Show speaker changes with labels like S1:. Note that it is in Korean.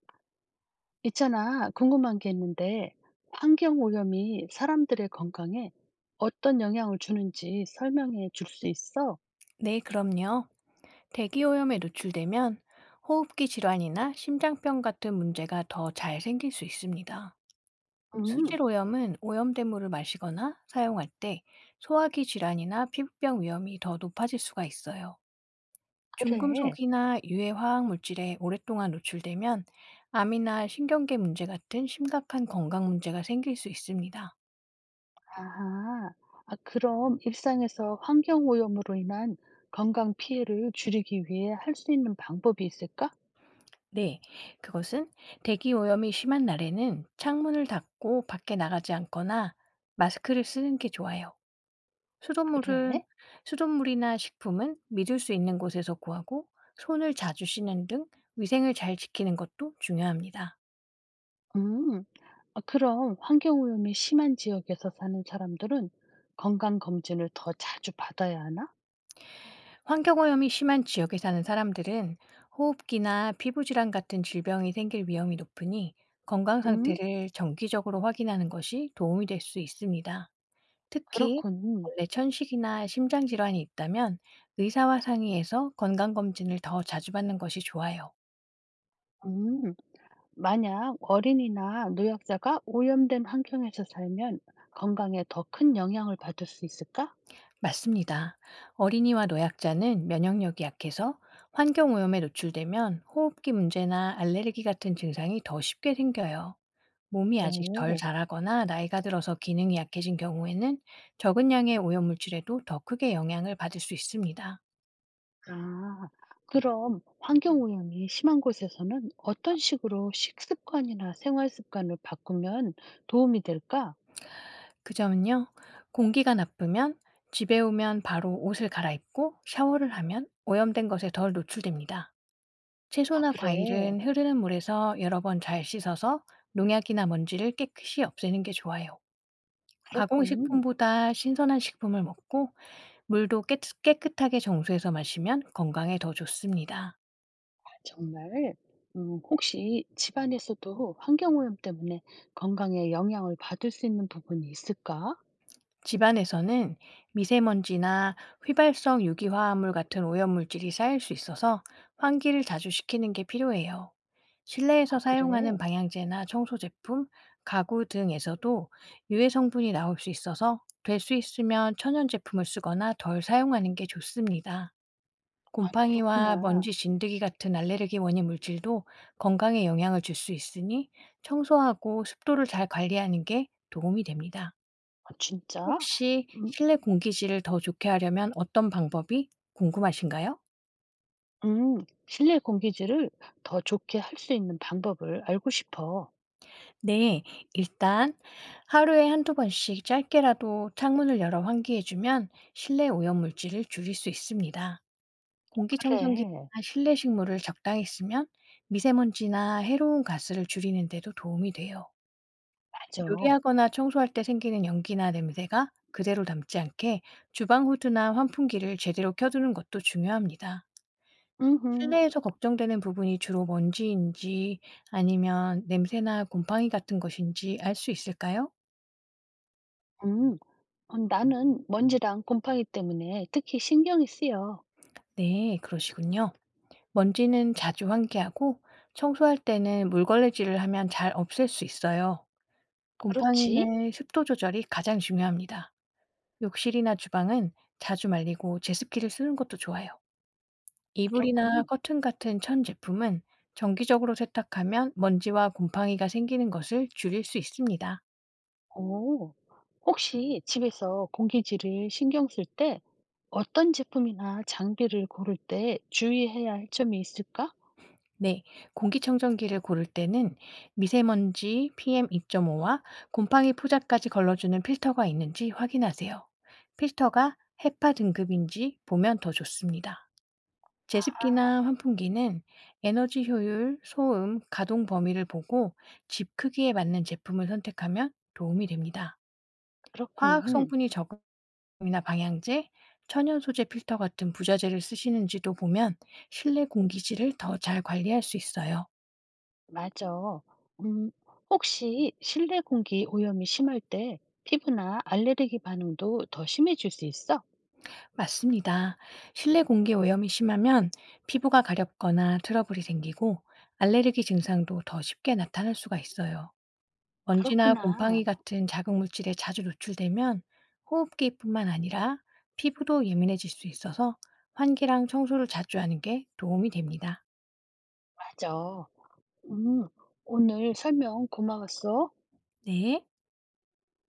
S1: 있잖아, 궁금한 게 있는데, 환경오염이 사람들의 건강에 어떤 영향을 주는지 설명해 줄 수 있어?
S2: 네, 그럼요. 대기오염에 노출되면 호흡기 질환이나 심장병 같은 문제가 더 잘 생길 수 있습니다.
S1: 음.
S2: 수질오염은 오염된 물을 마시거나 사용할 때 소화기 질환이나 피부병 위험이 더 높아질 수가 있어요.
S1: 그래.
S2: 중금속이나 유해 화학 물질에 오랫동안 노출되면 암이나 신경계 문제 같은 심각한 건강 문제가 생길 수 있습니다.
S1: 아하. 아, 그럼 일상에서 환경오염으로 인한 건강 피해를 줄이기 위해 할 수 있는 방법이 있을까?
S2: 네, 그것은 대기 오염이 심한 날에는 창문을 닫고 밖에 나가지 않거나 마스크를 쓰는 게 좋아요. 수돗물은
S1: 그래.
S2: 수돗물이나 식품은 믿을 수 있는 곳에서 구하고 손을 자주 씻는 등 위생을 잘 지키는 것도 중요합니다.
S1: 음. 아, 그럼 환경오염이 심한 지역에서 사는 사람들은 건강검진을 더 자주 받아야 하나?
S2: 환경 오염이 심한 지역에 사는 사람들은 호흡기나 피부 질환 같은 질병이 생길 위험이 높으니 건강
S1: 음.
S2: 상태를 정기적으로 확인하는 것이 도움이 될 수 있습니다. 특히
S1: 그렇군.
S2: 원래 천식이나 심장 질환이 있다면 의사와 상의해서 건강 검진을 더 자주 받는 것이 좋아요.
S1: 음. 만약 어린이나 노약자가 오염된 환경에서 살면 건강에 더 큰 영향을 받을 수 있을까?
S2: 맞습니다. 어린이와 노약자는 면역력이 약해서 환경 오염에 노출되면 호흡기 문제나 알레르기 같은 증상이 더 쉽게 생겨요. 몸이 아직 덜
S1: 오,
S2: 자라거나 나이가 들어서 기능이 약해진 경우에는 적은 양의 오염물질에도 더 크게 영향을 받을 수 있습니다.
S1: 아, 그럼 환경 오염이 심한 곳에서는 어떤 식으로 식습관이나 생활 습관을 바꾸면 도움이 될까?
S2: 그 점은요. 공기가 나쁘면 집에 오면 바로 옷을 갈아입고 샤워를 하면 오염된 것에 덜 노출됩니다.
S1: 아,
S2: 채소나
S1: 그래.
S2: 과일은 흐르는 물에서 여러 번 잘 씻어서 농약이나 먼지를 깨끗이 없애는 게 좋아요.
S1: 그렇군.
S2: 가공식품보다 신선한 식품을 먹고 물도 깨끗하게 정수해서 마시면 건강에 더 좋습니다.
S1: 정말. 혹시 집안에서도 환경 오염 때문에 건강에 영향을 받을 수 있는 부분이 있을까?
S2: 집안에서는 미세먼지나 휘발성 유기화합물 같은 오염물질이 쌓일 수 있어서 환기를 자주 시키는 게 필요해요. 실내에서
S1: 아, 그래.
S2: 사용하는 방향제나 청소 제품, 가구 등에서도 유해 성분이 나올 수 있어서 될 수 있으면 천연 제품을 쓰거나 덜 사용하는 게 좋습니다.
S1: 아,
S2: 곰팡이와
S1: 그렇구나.
S2: 먼지 진드기 같은 알레르기 원인 물질도 건강에 영향을 줄 수 있으니 청소하고 습도를 잘 관리하는 게 도움이 됩니다.
S1: 아, 진짜?
S2: 혹시
S1: 음.
S2: 실내 공기질을 더 좋게 하려면 어떤 방법이 궁금하신가요?
S1: 음, 실내 공기질을 더 좋게 할 수 있는 방법을 알고 싶어.
S2: 네. 일단 하루에 한두 번씩 짧게라도 창문을 열어 환기해 주면 실내 오염 물질을 줄일 수 있습니다.
S1: 그래,
S2: 공기청정기나 실내 식물을 적당히 쓰면 미세먼지나 해로운 가스를 줄이는 데도 도움이 돼요.
S1: 맞아.
S2: 요리하거나 청소할 때 생기는 연기나 냄새가 그대로 남지 않게 주방 후드나 환풍기를 제대로 켜 두는 것도 중요합니다.
S1: 음.
S2: 실내에서 걱정되는 부분이 주로 먼지인지 아니면 냄새나 곰팡이 같은 것인지 알 수 있을까요?
S1: 음, 어, 나는 먼지랑 곰팡이 때문에 특히 신경이 쓰여.
S2: 네, 그러시군요. 먼지는 자주 환기하고 청소할 때는 물걸레질을 하면 잘 없앨 수 있어요.
S1: 그렇지?
S2: 곰팡이는 습도 조절이 가장 중요합니다. 욕실이나 주방은 자주 말리고 제습기를 쓰는 것도 좋아요. 이불이나
S1: 그렇군.
S2: 커튼 같은 천 제품은 정기적으로 세탁하면 먼지와 곰팡이가 생기는 것을 줄일 수 있습니다.
S1: 오, 혹시 집에서 공기질을 신경 쓸 때 어떤 제품이나 장비를 고를 때 주의해야 할 점이 있을까?
S2: 네, 공기청정기를 고를 때는 미세먼지 PM2.5와 곰팡이 포자까지 걸러주는 필터가 있는지 확인하세요. 필터가 헤파 등급인지 보면 더 좋습니다.
S1: 아,
S2: 제습기나 환풍기는 에너지 효율, 소음, 가동 범위를 보고 집 크기에 맞는 제품을 선택하면 도움이 됩니다. 화학
S1: 그렇군.
S2: 성분이 적음이나 방향제, 천연 소재 필터 같은 부자재를 쓰시는지도 보면 실내 공기질을 더 잘 관리할 수 있어요.
S1: 맞아. 음, 혹시 실내 공기 오염이 심할 때 피부나 알레르기 반응도 더 심해질 수 있어?
S2: 맞습니다. 실내 공기 오염이 심하면 피부가 가렵거나 트러블이 생기고 알레르기 증상도 더 쉽게 나타날 수가 있어요. 먼지나 곰팡이
S1: 그렇구나.
S2: 같은 자극 물질에 자주 노출되면 호흡기뿐만 아니라 피부도 예민해질 수 있어서 환기랑 청소를 자주 하는 게 도움이 됩니다.
S1: 맞아. 음, 오늘 설명 고마웠어.
S2: 네.